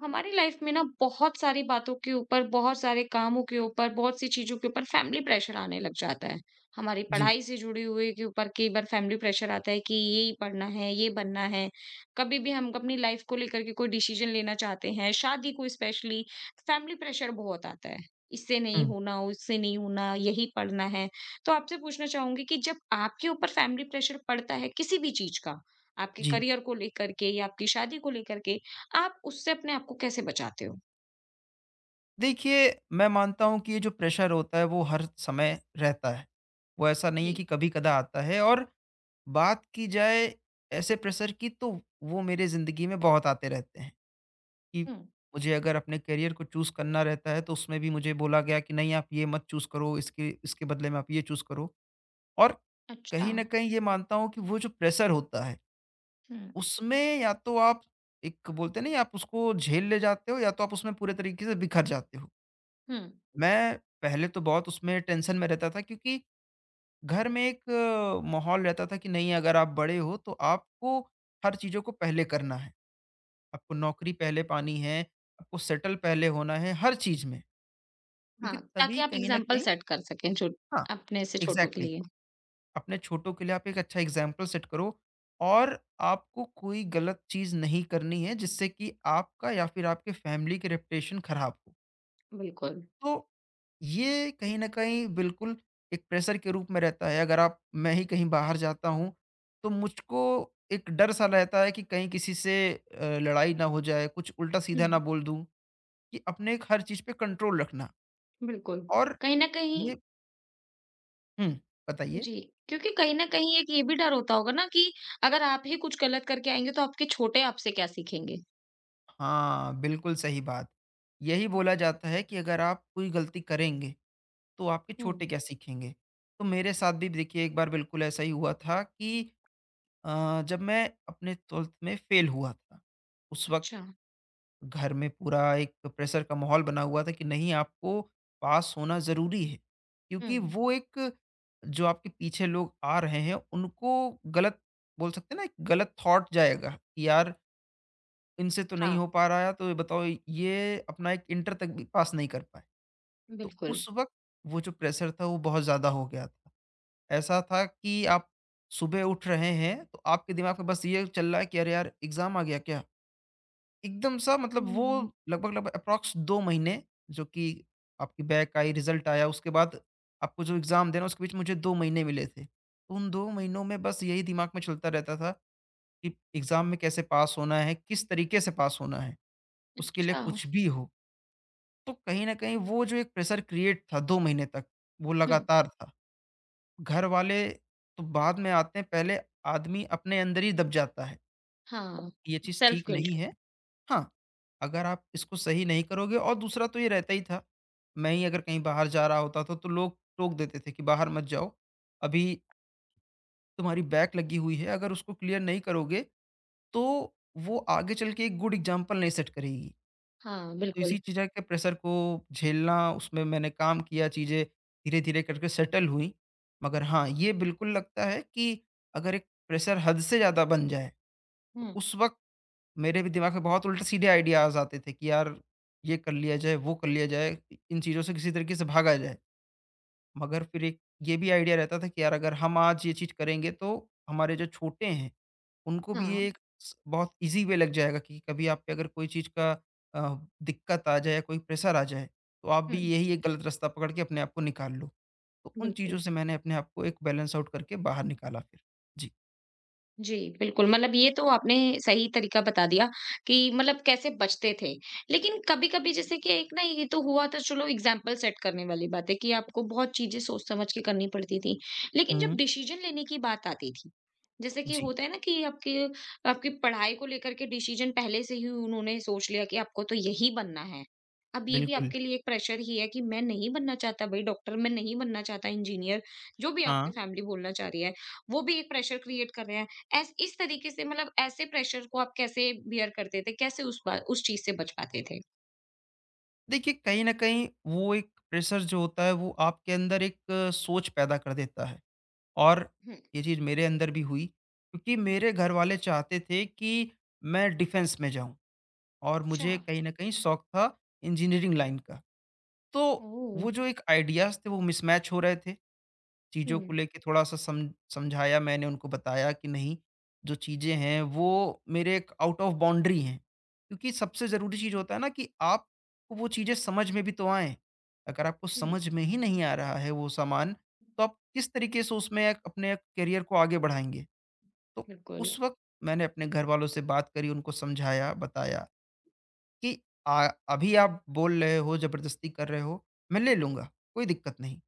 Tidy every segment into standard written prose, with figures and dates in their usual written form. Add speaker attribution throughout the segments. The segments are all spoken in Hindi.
Speaker 1: हमारी लाइफ में ना बहुत सारी बातों के ऊपर, बहुत सारे कामों के ऊपर, बहुत सी चीज़ों के ऊपर फैमिली प्रेशर आने लग जाता है। हमारी
Speaker 2: जी।
Speaker 1: पढ़ाई से जुड़ी हुई के ऊपर कई बार फैमिली प्रेशर आता है कि ये ही पढ़ना है, ये बनना है। कभी भी हम अपनी लाइफ को लेकर के कोई डिसीज़न लेना चाहते हैं, शादी को स्पेशली फैमिली प्रेशर बहुत आता है। इससे नहीं
Speaker 2: हुँ।
Speaker 1: होना, उससे नहीं होना, यही पढ़ना है। तो आपसे पूछना चाहूँगी कि जब आपके ऊपर फैमिली प्रेशर पड़ता है किसी भी चीज़ का, आपके
Speaker 2: जी।
Speaker 1: करियर को लेकर के या आपकी शादी को लेकर के, आप उससे अपने आप को कैसे बचाते हो?
Speaker 2: देखिए, मैं मानता हूँ कि ये जो प्रेशर होता है वो हर समय रहता है। वो ऐसा नहीं है
Speaker 1: जी।
Speaker 2: कि कभी-कदा आता है और बात की जाए ऐसे प्रेशर की तो वो मेरे ज़िंदगी में बहुत आते रहते हैं कि
Speaker 1: हुँ,
Speaker 2: मुझे अगर अपने करियर को चूज़ करना रहता है तो उसमें भी मुझे बोला गया कि नहीं आप ये मत चूज़ करो, इसके इसके बदले में आप ये चूज़ करो। और
Speaker 1: अच्छा।
Speaker 2: कहीं न कहीं ये मानता हूँ कि वो जो प्रेशर होता है
Speaker 1: हुँ,
Speaker 2: उसमें या तो आप एक बोलते हैं ना आप उसको झेल ले जाते हो या तो आप उसमें पूरे तरीके से बिखर जाते हो।
Speaker 1: हुँ।
Speaker 2: मैं पहले तो बहुत उसमें टेंशन में रहता था क्योंकि घर में एक माहौल रहता था कि नहीं अगर आप बड़े हो तो आपको हर चीज़ों को पहले करना है। आपको नौकरी पहले पानी है, आपको सेटल पहले होना है हर चीज़ में। क्योंकि
Speaker 1: हाँ, ताकि
Speaker 2: तभी
Speaker 1: आप
Speaker 2: कहीं न
Speaker 1: एग्ज़ाम्पल
Speaker 2: कहीं
Speaker 1: सेट कर सकें छो
Speaker 2: हाँ,
Speaker 1: अपने से छोटों के
Speaker 2: एग्ज़ैक्टली
Speaker 1: लिए।
Speaker 2: अपने छोटों के लिए आप एक अच्छा एग्ज़ाम्पल सेट करो और आपको कोई गलत चीज़ नहीं करनी है जिससे कि आपका या फिर आपके फैमिली की रेपुटेशन खराब हो।
Speaker 1: बिल्कुल।
Speaker 2: तो ये कहीं न कहीं बिल्कुल एक प्रेशर के रूप में रहता है। अगर आप मैं ही कहीं बाहर जाता हूँ, तो मुझको एक डर-सा रहता है कि कहीं किसी से लड़ाई ना हो जाए, कुछ उल्टा-सीधा ना
Speaker 1: हुँ,
Speaker 2: बोल दूँ, कि अपने एक हर चीज़ पे कंट्रोल रखना
Speaker 1: बिल्कुल।
Speaker 2: और
Speaker 1: कहीं न कहीं
Speaker 2: ये हुँ, बताइए?
Speaker 1: जी, क्योंकि कहीं न कहीं एक ये भी डर होता होगा ना कि अगर आप ही कुछ गलत करके आएँगे तो आपके छोटे आपसे क्या सीखेंगे?
Speaker 2: हाँ, बिल्कुल सही बात। यही बोला जाता है कि अगर आप कोई गलती करेंगे, तो आपके
Speaker 1: हुँ,
Speaker 2: छोटे क्या सीखेंगे? तो मेरे साथ भी देखिए एक बार बिल्कुल ऐसा ही हुआ था कि जब मैं अपने 12th में फेल हुआ था, उस वक़्त
Speaker 1: अच्छा।
Speaker 2: घर में पूरा एक प्रेशर का माहौल बना हुआ था कि नहीं आपको पास होना ज़रूरी है, क्योंकि
Speaker 1: हुँ,
Speaker 2: वो एक जो आपके पीछे लोग आ रहे हैं उनको गलत बोल सकते हैं ना एक गलत थॉट जाएगा कि यार इनसे तो नहीं
Speaker 1: हाँ,
Speaker 2: हो पा रहा है तो ये बताओ ये अपना एक इंटर तक भी पास नहीं कर पाए। तो
Speaker 1: बिल्कुल।
Speaker 2: उस वक़्त वो जो प्रेशर था वो बहुत ज़्यादा हो गया था। ऐसा था कि आप सुबह उठ रहे हैं, तो आपके दिमाग में बस ये चल रहा है कि अरे यार! एग्ज़ाम आ गया क्या? एकदम सा मतलब वो
Speaker 1: हुँ,
Speaker 2: लगभग-लगभग एप्रॉक्स 2 महीने जो कि आपकी बैक आई, रिज़ल्ट आया, उसके बाद आपको जो एग्ज़ाम देना है, उसके बीच मुझे 2 महीने मिले थे। तो उन 2 महीनों में बस यही दिमाग में चलता रहता था कि एग्ज़ाम में कैसे पास होना है, किस तरीके से पास होना है, उसके लिए
Speaker 1: अच्छा।
Speaker 2: कुछ भी हो। तो कहीं न कहीं वो जो एक प्रेशर क्रिएट था 2 महीने तक, वो
Speaker 1: हुँ।
Speaker 2: लगातार था। घर वाले तो बाद में आते हैं, पहले आदमी अपने अंदर ही दब जाता है,
Speaker 1: हाँ,
Speaker 2: ये चीज़
Speaker 1: सेल्फ
Speaker 2: ठीक नहीं है।
Speaker 1: गिल्ट।
Speaker 2: हाँ, अगर आप इसको सही नहीं करोगे और दूसरा तो ये रहता ही था, मैं ही अगर कहीं बाहर जा रहा होता था तो लोग टोक देते थे कि बाहर मत जाओ, अभी तुम्हारी बैक लगी हुई है, अगर उसको क्लियर नहीं करोगे, तो वो आगे चल के एक गुड एग्ज़ाम्पल नहीं सेट करेगी।
Speaker 1: हाँ,
Speaker 2: तो इसी
Speaker 1: बिल्कुल।
Speaker 2: चीज़ें के प्रेशर को झेलना, उसमें मैंने काम किया, चीज़ें धीरे-धीरे करके सेटल हुई। मगर हाँ, ये बिल्कुल लगता है कि अगर एक प्रेशर हद से ज़्यादा बन जाए, तो
Speaker 1: हुँ,
Speaker 2: उस वक़्त मेरे भी दिमाग में बहुत उल्टे-सीधे आइडियाज़ आते थे कि यार, ये कर लिया जाए, वो कर लिया जाए, इन चीज़ों से किसी तरीके से भागा जाए। मगर फिर एक ये भी आइडिया रहता था कि यार अगर हम आज ये चीज़ करेंगे तो हमारे जो छोटे हैं, उनको भी ये
Speaker 1: हाँ।
Speaker 2: एक स बहुत ईज़ी वे लग जाएगा कि कभी आप पे अगर कोई चीज़ का अ, दिक्कत आ जाए या कोई प्रेशर आ जाए, तो आप
Speaker 1: हुँ।
Speaker 2: भी यही एक गलत रास्ता पकड़ के अपने आप को निकाल लो। तो उन चीज़ों
Speaker 1: बिल्कुल।
Speaker 2: से मैंने अपने आप को एक बैलेंस आउट करके बाहर निकाला फिर। जी।
Speaker 1: जी, बिल्कुल, मतलब ये तो आपने सही तरीका बता दिया कि मतलब कैसे बचते थे। लेकिन कभी-कभी जैसे कि एक ना ये तो हुआ तो चलो एग्ज़ाम्पल सेट करने वाली बात है कि आपको बहुत चीज़ें सोच समझ के करनी पड़ती थी। लेकिन
Speaker 2: हुँ।
Speaker 1: जब डिसीज़न लेने की बात आती थी, जैसे कि
Speaker 2: जी,
Speaker 1: होता है ना कि आपके आपकी पढ़ाई को लेकर के डिसीज़न पहले से ही उन्होंने सोच लिया कि आपको तो यही बनना है। अब ये भी
Speaker 2: बिल्कुल।
Speaker 1: आपके लिए एक प्रेशर ही है कि मैं नहीं बनना चाहता भई डॉक्टर, मैं नहीं बनना चाहता इंजीनियर, जो भी आपकी
Speaker 2: हाँ,
Speaker 1: फैमिली बोलना चाह रही है, वो भी एक प्रेशर क्रिएट कर रहे हैं। ऐस इस तरीके से मतलब ऐसे प्रेशर को आप कैसे बियर करते थे? कैसे उस चीज़ से बच पाते थे?
Speaker 2: देखिए कहीं न कहीं वो एक प्रेशर जो होता है वो आपके अंदर एक सोच पैदा कर देता है। और
Speaker 1: हुँ।
Speaker 2: ये चीज़ मेरे अंदर भी हुई क्योंकि मेरे घर वाले चाहते थे कि मैं डिफेंस में जाऊँ और
Speaker 1: अच्छा,
Speaker 2: मुझे कहीं न कहीं शौक था इंजीनियरिंग लाइन का। तो
Speaker 1: ओह!
Speaker 2: वो जो एक आइडियाज़ थे वो मिसमैच हो रहे थे। चीज़ों को
Speaker 1: हुँ,
Speaker 2: लेके थोड़ा-सा सम समझाया मैंने उनको बताया कि नहीं, जो चीज़ें हैं वो मेरे एक आउट ऑफ बाउंड्री हैं। क्योंकि सबसे ज़रूरी चीज़ होता है ना कि आपको वो चीज़ें समझ में भी तो आएँ। अगर आपको
Speaker 1: हुँ,
Speaker 2: समझ में ही नहीं आ रहा है वो सामान, तो आप किस तरीके से उसमें एक अपने करियर को आगे बढ़ाएँगे? तो
Speaker 1: बिल्कुल।
Speaker 2: उस वक़्त मैंने अपने घरवालों से बात करी, उनको समझाया, बताया कि अभी आप बोल रहे हो, ज़बरदस्ती कर रहे हो, मैं ले लूँगा, कोई दिक्कत नहीं।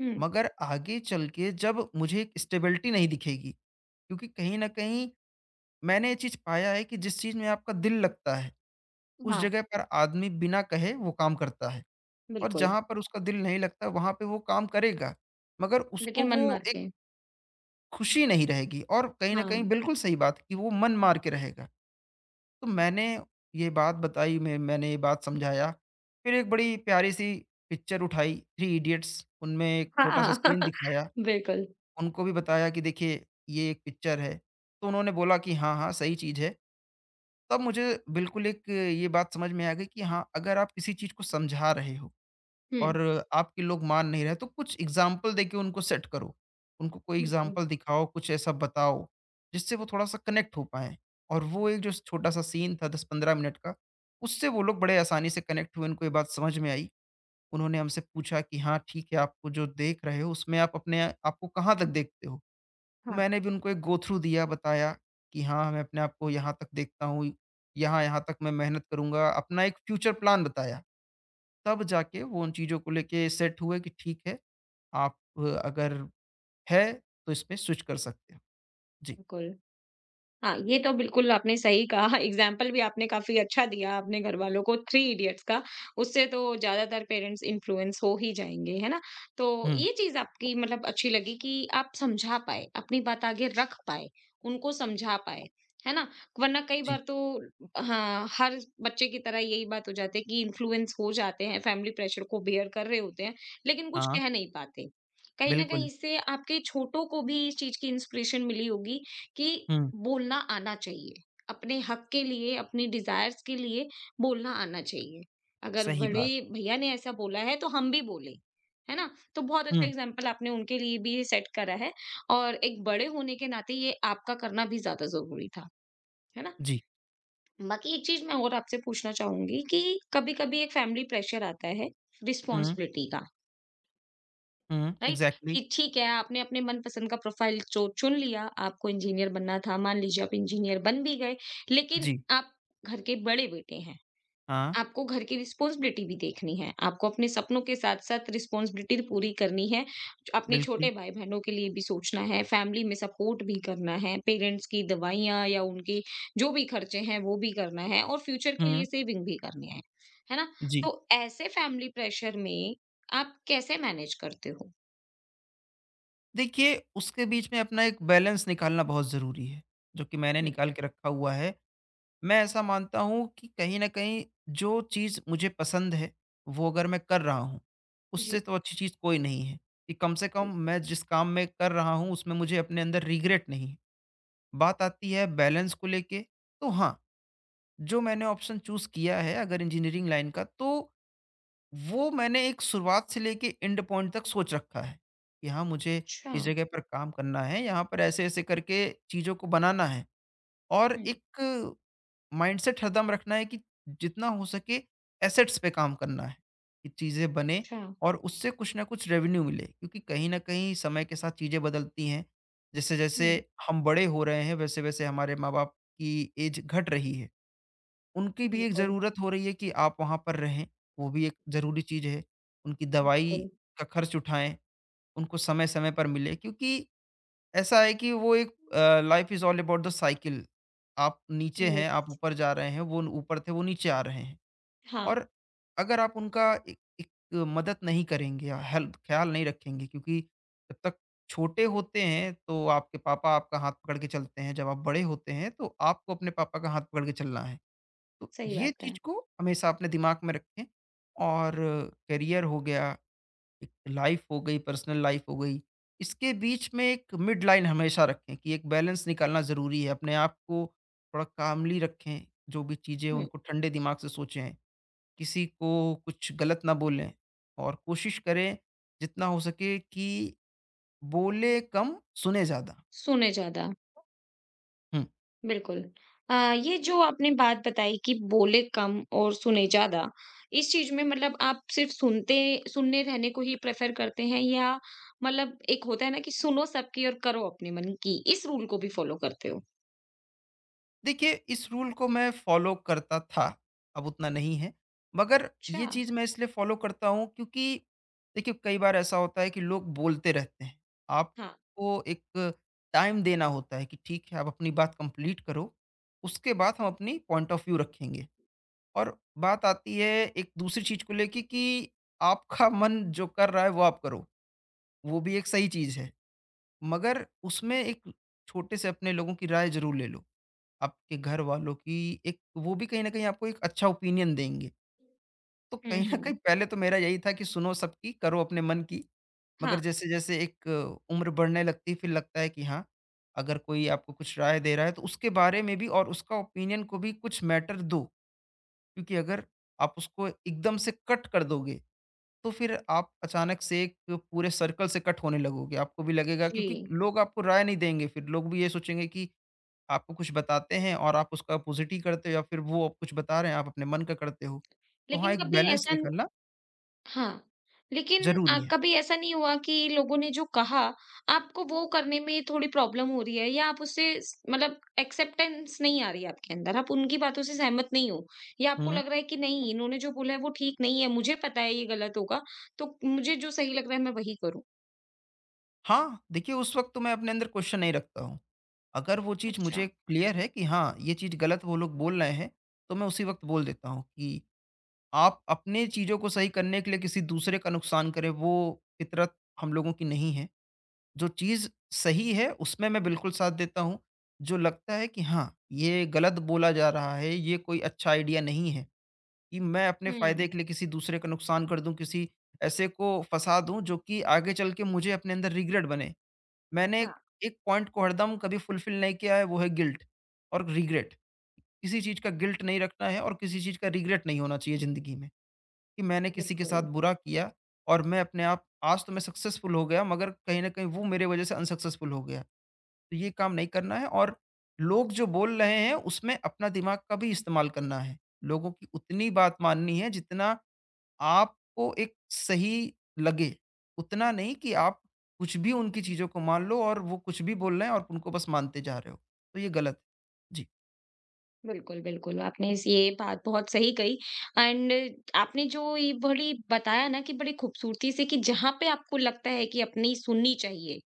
Speaker 1: हुँ,
Speaker 2: मगर आगे चल के जब मुझे एक स्टेबिलिटी नहीं दिखेगी क्योंकि कहीं न कहीं मैंने ये चीज़ पाया है कि जिस चीज़ में आपका दिल लगता है, उस
Speaker 1: हाँ,
Speaker 2: जगह पर आदमी बिना कहे वो काम करता है और
Speaker 1: बिल्कुल।
Speaker 2: जहाँ पर उसका दिल नहीं लगता वहाँ पे वो काम करेगा, मगर उसको
Speaker 1: लेकिन मन
Speaker 2: वो
Speaker 1: मार
Speaker 2: एक
Speaker 1: के।
Speaker 2: खुशी नहीं रहेगी और कहीं न कहीं
Speaker 1: हाँ,
Speaker 2: बिल्कुल सही बात कि वो मन मार के रहेगा। तो मैंने ये बात बताई, मैंने ये बात समझाया, फिर एक बड़ी प्यारी-सी पिक्चर उठाई थ्री इडियट्स उनमें एक छोटा-सा
Speaker 1: हाँ,
Speaker 2: सीन दिखाया।
Speaker 1: बिल्कुल।
Speaker 2: उनको भी बताया कि देखिए ये एक पिक्चर है, तो उन्होंने बोला कि हाँ, हाँ, सही चीज़ है। तब मुझे बिल्कुल एक ये बात समझ में आ गई कि हाँ, अगर आप किसी चीज़ को समझा रहे हो
Speaker 1: हुँ,
Speaker 2: और आपके लोग मान नहीं रहे, तो कुछ एग्ज़ाम्पल देके उनको सेट करो। उनको कोई
Speaker 1: बिल्कुल।
Speaker 2: एग्ज़ाम्पल दिखाओ, कुछ ऐसा बताओ, जिससे वो थोड़ा-सा कनेक्ट हो पाएँ। और वो एक जो छोटा-सा सीन था 10-15 मिनट का, उससे वो लोग बड़े आसानी से कनेक्ट हुए, उनको ये बात समझ में आई। उन्होंने हमसे पूछा कि हाँ, ठीक है, आपको जो देख रहे हो उसमें आप अपने आपको कहाँ तक देखते हो?
Speaker 1: हाँ,
Speaker 2: मैंने भी उनको एक गो थ्रू दिया, बताया कि हाँ, मैं अपने आप को यहाँ तक देखता हूँ, यहाँ-यहाँ तक मैं मेहनत करूँगा, अपना एक फ्यूचर प्लान बताया। तब जाके वो उन चीज़ों को लेके सेट हुए कि ठीक है, आप अगर है तो इसमें स्विच कर सकते हो। जी।
Speaker 1: बिल्कुल। हाँ, ये तो बिल्कुल आपने सही कहा एग्ज़ाम्पल भी आपने काफ़ी अच्छा दिया अपने घरवालों को थ्री इडियट्स का, उससे तो ज़्यादातर पेरेंट्स इन्फ्लुएंस हो ही जाएँगे, है ना? तो
Speaker 2: हुँ,
Speaker 1: ये चीज़ आपकी मतलब अच्छी लगी कि आप समझा पाए, अपनी बात आगे रख पाए, उनको समझा पाए, है ना? वरना कई
Speaker 2: जी।
Speaker 1: बार तो हाँ, हर बच्चे की तरह यही बात हो जाती है कि इन्फ्लुएंस हो जाते हैं, फैमिली प्रेशर को बेयर कर रहे होते हैं, लेकिन कुछ
Speaker 2: हाँ,
Speaker 1: कह नहीं पाते। कहीं न कहीं
Speaker 2: बिल्कुल।
Speaker 1: इससे आपके छोटों को भी इस चीज़ की इंस्पिरेशन मिली होगी कि
Speaker 2: हुँ,
Speaker 1: बोलना आना चाहिए। अपने हक के लिए, अपनी डिज़ायर्स के लिए बोलना आना चाहिए। अगर
Speaker 2: सही
Speaker 1: बड़े
Speaker 2: बात।
Speaker 1: भैया ने ऐसा बोला है तो हम भी बोलें, है ना? तो बहुत अच्छा
Speaker 2: हुँ,
Speaker 1: एग्ज़ाम्पल आपने उनके लिए भी सेट करा है और एक बड़े होने के नाते ये आपका करना भी ज़्यादा ज़रूरी था, है ना?
Speaker 2: जी।
Speaker 1: बाकी एक चीज़ मैं और आपसे पूछना चाहूँगी कि कभी-कभी एक फैमिली प्रेशर आता है
Speaker 2: हुँ,
Speaker 1: रिस्पॉन्सिबिलिटी का।
Speaker 2: हुँ,
Speaker 1: राइट?
Speaker 2: इग्ज़ैक्टली।
Speaker 1: कि ठीक है, आपने अपने मनपसंद का प्रोफाइल जो चुन लिया, आपको इंजीनियर बनना था, मान लीजिए आप इंजीनियर बन भी गए, लेकिन
Speaker 2: जी,
Speaker 1: आप घर के बड़े बेटे हैं,
Speaker 2: हाँ,
Speaker 1: आपको घर की रिस्पॉन्सिबिलिटी भी देखनी है, आपको अपने सपनों के साथ-साथ रिस्पॉन्सिबिलिटी पूरी करनी है, अपने
Speaker 2: बिल्कुल।
Speaker 1: छोटे भाई-बहनों के लिए भी सोचना है, फैमिली में सपोर्ट भी करना है, पेरेंट्स की दवाइयाँ या उनके जो भी खर्चे हैं, वो भी करना है और फ्यूचर के
Speaker 2: हुँ,
Speaker 1: लिए सेविंग भी करनी है ना?
Speaker 2: जी।
Speaker 1: तो ऐसे फैमिली प्रेशर में आप कैसे मैनेज करते हो?
Speaker 2: देखिए, उसके बीच में अपना एक बैलेंस निकालना बहुत ज़रूरी है, जो कि मैंने निकाल के रखा हुआ है। मैं ऐसा मानता हूँ कि कहीं न कहीं जो चीज़ मुझे पसंद है, वो अगर मैं कर रहा हूँ,
Speaker 1: जी,
Speaker 2: उससे तो अच्छी चीज़ कोई नहीं है, कि कम से कम
Speaker 1: बिल्कुल।
Speaker 2: मैं जिस काम में कर रहा हूँ उसमें मुझे अपने अंदर रिग्रेट नहीं है। बात आती है बैलेंस को लेके, तो हाँ, जो मैंने ऑप्शन चूज़ किया है अगर इंजीनियरिंग लाइन का तो वो मैंने एक शुरुआत से लेके एंड पॉइंट तक सोच रखा है, कि हाँ मुझे
Speaker 1: अच्छा,
Speaker 2: इस जगह पर काम करना है, यहाँ पर ऐसे-ऐसे करके चीज़ों को बनाना है और
Speaker 1: हुँ,
Speaker 2: एक माइंडसेट हरदम रखना है कि जितना हो सके एसेट्स पे काम करना है कि चीज़ें बने
Speaker 1: अच्छा,
Speaker 2: और उससे कुछ ना कुछ रेवेन्यू मिले क्योंकि कहीं ना कहीं समय के साथ चीज़ें बदलती हैं जैसे जैसे
Speaker 1: हुँ,
Speaker 2: हम बड़े हो रहे हैं वैसे वैसे हमारे माँ बाप की एज घट रही है उनकी भी एक
Speaker 1: बिल्कुल,
Speaker 2: ज़रूरत हो रही है कि आप वहाँ पर रहें वो भी एक ज़रूरी चीज़ है उनकी दवाई
Speaker 1: बिल्कुल।
Speaker 2: का खर्च उठाएं उनको समय समय पर मिले क्योंकि ऐसा है कि वो एक life is all about the cycle आप नीचे हैं आप
Speaker 1: यस,
Speaker 2: ऊपर जा रहे हैं वो ऊपर थे वो नीचे आ रहे हैं
Speaker 1: हाँ,
Speaker 2: और अगर आप उनका एक मदद नहीं करेंगे या हेल्प ख्याल नहीं रखेंगे क्योंकि जब तक छोटे होते हैं तो आपके पापा आपका हाथ पकड़ के चलते हैं जब आप बड़े होते हैं तो आपको अपने पापा का हाथ पकड़ के चलना है तो
Speaker 1: सही
Speaker 2: ये
Speaker 1: बात है।
Speaker 2: चीज को हमेशा अपने दिमाग में रखें और करियर हो गया एक लाइफ हो गई, पर्सनल लाइफ हो गई, इसके बीच में एक मिड लाइन हमेशा रखें कि एक बैलेंस निकालना ज़रूरी है। अपने आप को थोड़ा कामली रखें, जो भी चीज़ें हैं
Speaker 1: हुँ,
Speaker 2: उनको ठंडे दिमाग से सोचें, किसी को कुछ गलत ना बोलें और कोशिश करें जितना हो सके कि बोलें कम, सुने ज़्यादा।
Speaker 1: सुने ज़्यादा,
Speaker 2: हुँ।
Speaker 1: बिल्कुल। अ, ये जो आपने बात बताई कि बोले कम और सुने ज़्यादा, इस चीज़ में मतलब आप सिर्फ़ सुनते सुनने रहने को ही प्रेफ़र करते हैं या मतलब एक होता है ना कि सुनो सबकी और करो अपने मन की, इस रूल को भी फ़ॉलो करते हो?
Speaker 2: देखिए, इस रूल को मैं फ़ॉलो करता था, अब उतना नहीं है। मगर
Speaker 1: अच्छा,
Speaker 2: ये चीज़ मैं इसलिए फ़ॉलो करता हूँ क्योंकि देखिए, कई बार ऐसा होता है कि लोग बोलते रहते हैं।
Speaker 1: हाँ।
Speaker 2: आपको एक टाइम देना होता है कि ठीक है, आप अपनी बात कंप्लीट करो, उसके बाद हम अपनी पॉइंट ऑफ व्यू रखेंगे। और बात आती है एक दूसरी चीज़ को लेके कि आपका मन जो कर रहा है, वो आप करो। वो भी एक सही चीज़ है। मगर उसमें एक छोटे से अपने लोगों की राय ज़रूर ले लो। आपके घर वालों की एक वो भी कहीं न कहीं आपको एक अच्छा ओपिनियन देंगे। तो
Speaker 1: हुँ,
Speaker 2: कहीं न कहीं
Speaker 1: हुँ।
Speaker 2: पहले तो मेरा यही था कि सुनो सबकी, करो अपने मन की। मगर
Speaker 1: हाँ,
Speaker 2: जैसे-जैसे उम्र बढ़ने लगती है फिर लगता है कि हाँ, अगर कोई आपको कुछ राय दे रहा है तो उसके बारे में भी और उसका ओपिनियन को भी कुछ मैटर दो। क्योंकि अगर आप उसको एकदम से कट कर दोगे तो फिर आप अचानक से एक पूरे सर्कल से कट होने लगोगे, आपको भी लगेगा,
Speaker 1: जी।
Speaker 2: क्योंकि लोग आपको राय नहीं देंगे। फिर लोग भी ये सोचेंगे कि आपको कुछ बताते हैं और आप उसका अपोजिट ही करते हो, या फिर वो आप कुछ बता रहे हैं, आप अपने मन का करते हो। तो हाँ,
Speaker 1: लेकिन
Speaker 2: एक
Speaker 1: कभी
Speaker 2: बैलेंस
Speaker 1: ऐसा
Speaker 2: निकालना
Speaker 1: हाँ, लेकिन
Speaker 2: जरूरी है।
Speaker 1: कभी ऐसा नहीं हुआ कि लोगों ने जो कहा, आपको वो करने में थोड़ी प्रॉब्लम हो रही है या आप उससे स मतलब एक्सेप्टेंस नहीं आ रही है आपके अंदर, आप उनकी बातों से सहमत नहीं हो या आपको
Speaker 2: हम्म।
Speaker 1: लग रहा है कि नहीं, इन्होंने जो बोला है वो ठीक नहीं है, मुझे पता है ये गलत होगा, तो मुझे जो सही लग रहा है मैं वही करूँ?
Speaker 2: हाँ, देखिए, उस वक्त तो मैं अपने अंदर क्वेश्चन नहीं रखता हूँ। अगर वो चीज़
Speaker 1: अच्छा,
Speaker 2: मुझे क्लियर है कि हाँ, ये चीज़ गलत वो लोग बोल रहे हैं, तो मैं उसी वक्त बोल देता हूँ कि आप अपने चीज़ों को सही करने के लिए किसी दूसरे का नुकसान करें, वो फितरत हम लोगों की नहीं है। जो चीज़ सही है, उसमें मैं बिल्कुल साथ देता हूँ। जो लगता है कि हाँ, ये गलत बोला जा रहा है, ये कोई अच्छा आइडिया नहीं है कि मैं अपने फ़ायदे
Speaker 1: हुँ।
Speaker 2: के लिए किसी दूसरे का नुकसान कर दूँ, किसी ऐसे को फँसा दूँ, जो कि आगे चल के मुझे अपने अंदर रिग्रेट बने। मैंने
Speaker 1: हाँ,
Speaker 2: एक एक पॉइंट को हरदम कभी फुलफ़िल नहीं किया है, वो है गिल्ट और रिग्रेट। किसी चीज़ का गिल्ट नहीं रखना है और किसी चीज़ का रिग्रेट नहीं होना चाहिए ज़िंदगी में। कि मैंने किसी के साथ
Speaker 1: बिल्कुल।
Speaker 2: बुरा किया और मैं अपने आप आज तो मैं सक्सेसफुल हो गया, मगर कहीं न कहीं वो मेरे वजह से अनसक्सेसफुल हो गया। तो ये काम नहीं करना है और लोग जो बोल रहे हैं उसमें अपना दिमाग का भी इस्तेमाल करना है। लोगों की उतनी बात माननी है जितना आपको एक सही लगे। उतना नहीं कि आप कुछ भी उनकी चीज़ों को मान लो और वो कुछ भी बोल रहे हैं और उनको बस मानते जा रहे हो। तो ये गलत है।
Speaker 1: बिल्कुल, बिल्कुल, आपने इस ये बात बहुत सही कही एंड आपने जो ये बड़ी बताया ना कि बड़ी खूबसूरती से कि जहाँ पे आपको लगता है कि अपनी सुननी चाहिए।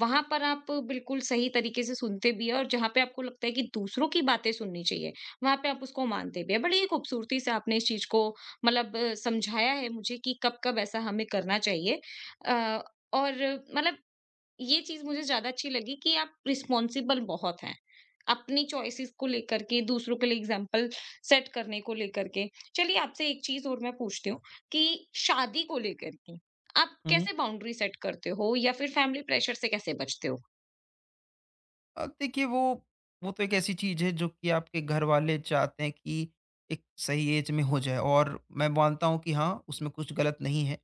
Speaker 1: वहाँ पर आप बिल्कुल सही तरीके से सुनते भी हैं और जहाँ पे आपको लगता है कि दूसरों की बातें सुननी चाहिए, वहाँ पे आप उसको मानते भी हैं। बड़ी ही खूबसूरती से आपने इस चीज़ को मतलब समझाया है मुझे कि कब-कब ऐसा हमें करना चाहिए। अ, और मतलब ये चीज़ मुझे ज़्यादा अच्छी लगी कि आप रिस्पॉन्सिबल बहुत हैं। अपनी चॉइसेस को लेकर के, दूसरों के लिए एग्ज़ाम्पल सेट करने को लेकर के। चलिए आपसे एक चीज़ और मैं पूछती हूँ कि शादी को लेकर के आप
Speaker 2: जी।
Speaker 1: कैसे बाउंड्री सेट करते हो या फिर फैमिली प्रेशर से कैसे बचते हो?
Speaker 2: देखिए, वो तो एक ऐसी चीज है जो कि आपके घर वाले चाहते हैं कि एक सही एज में हो जाए, और मैं मानता हूँ कि हाँ, उसमें कुछ गलत नहीं है।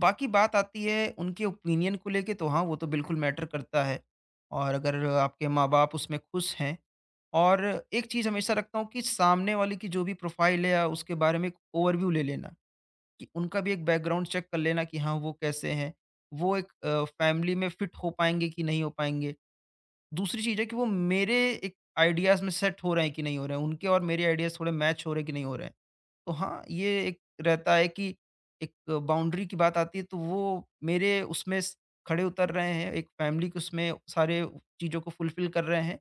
Speaker 2: बाकी बात आती है उनके ओपिनियन को लेके, तो हाँ, वो तो बिल्कुल मैटर करता है। और अगर आपके माँ बाप उसमें खुश हैं, और एक चीज़ हमेशा रखता हूँ कि सामने वाले की जो भी प्रोफाइल है या उसके बारे में एक ओवरव्यू ले लेना, कि उनका भी एक बैकग्राउंड चेक कर लेना कि हाँ, वो कैसे हैं, वो एक फैमिली में फिट हो पाएंगे कि नहीं हो पाएंगे। दूसरी चीज़ है कि वो मेरे एक आइडियाज़ में सेट हो रहे हैं कि नहीं हो रहे हैं, उनके और मेरे आइडियाज़ थोड़े मैच हो रहे हैं कि नहीं हो रहे हैं। तो हाँ, ये एक रहता है कि एक बाउंड्री की बात आती है तो वो मेरे उसमें स खड़े उतर रहे हैं, एक फ़ैमिली के उसमें सारे चीज़ों को फुलफ़िल कर रहे हैं,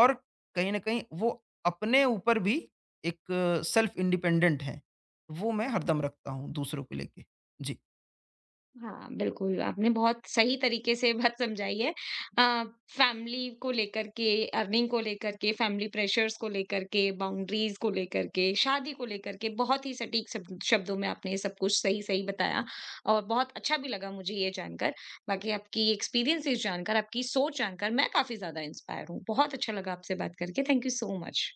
Speaker 2: और कहीं न कहीं वो अपने ऊपर भी एक सेल्फ इंडिपेंडेंट हैं। वो मैं हरदम रखता हूँ दूसरों को लेके। जी।
Speaker 1: हाँ, बिल्कुल, आपने बहुत सही तरीके से बात समझाई है। अ, फैमिली को लेकर के, अर्निंग को लेकर के, फैमिली प्रेशर्स को लेकर के, बाउंड्रीज़ को लेकर के, शादी को लेकर के, बहुत ही सटीक शब्दों में आपने ये सब कुछ सही-सही बताया और बहुत अच्छा भी लगा मुझे ये जानकर। बाकी आपकी एक्सपीरियंसेस जानकर, आपकी सोच जानकर मैं काफ़ी ज़्यादा इंस्पायर हूँ। बहुत अच्छा लगा आपसे बात करके। Thank you so much.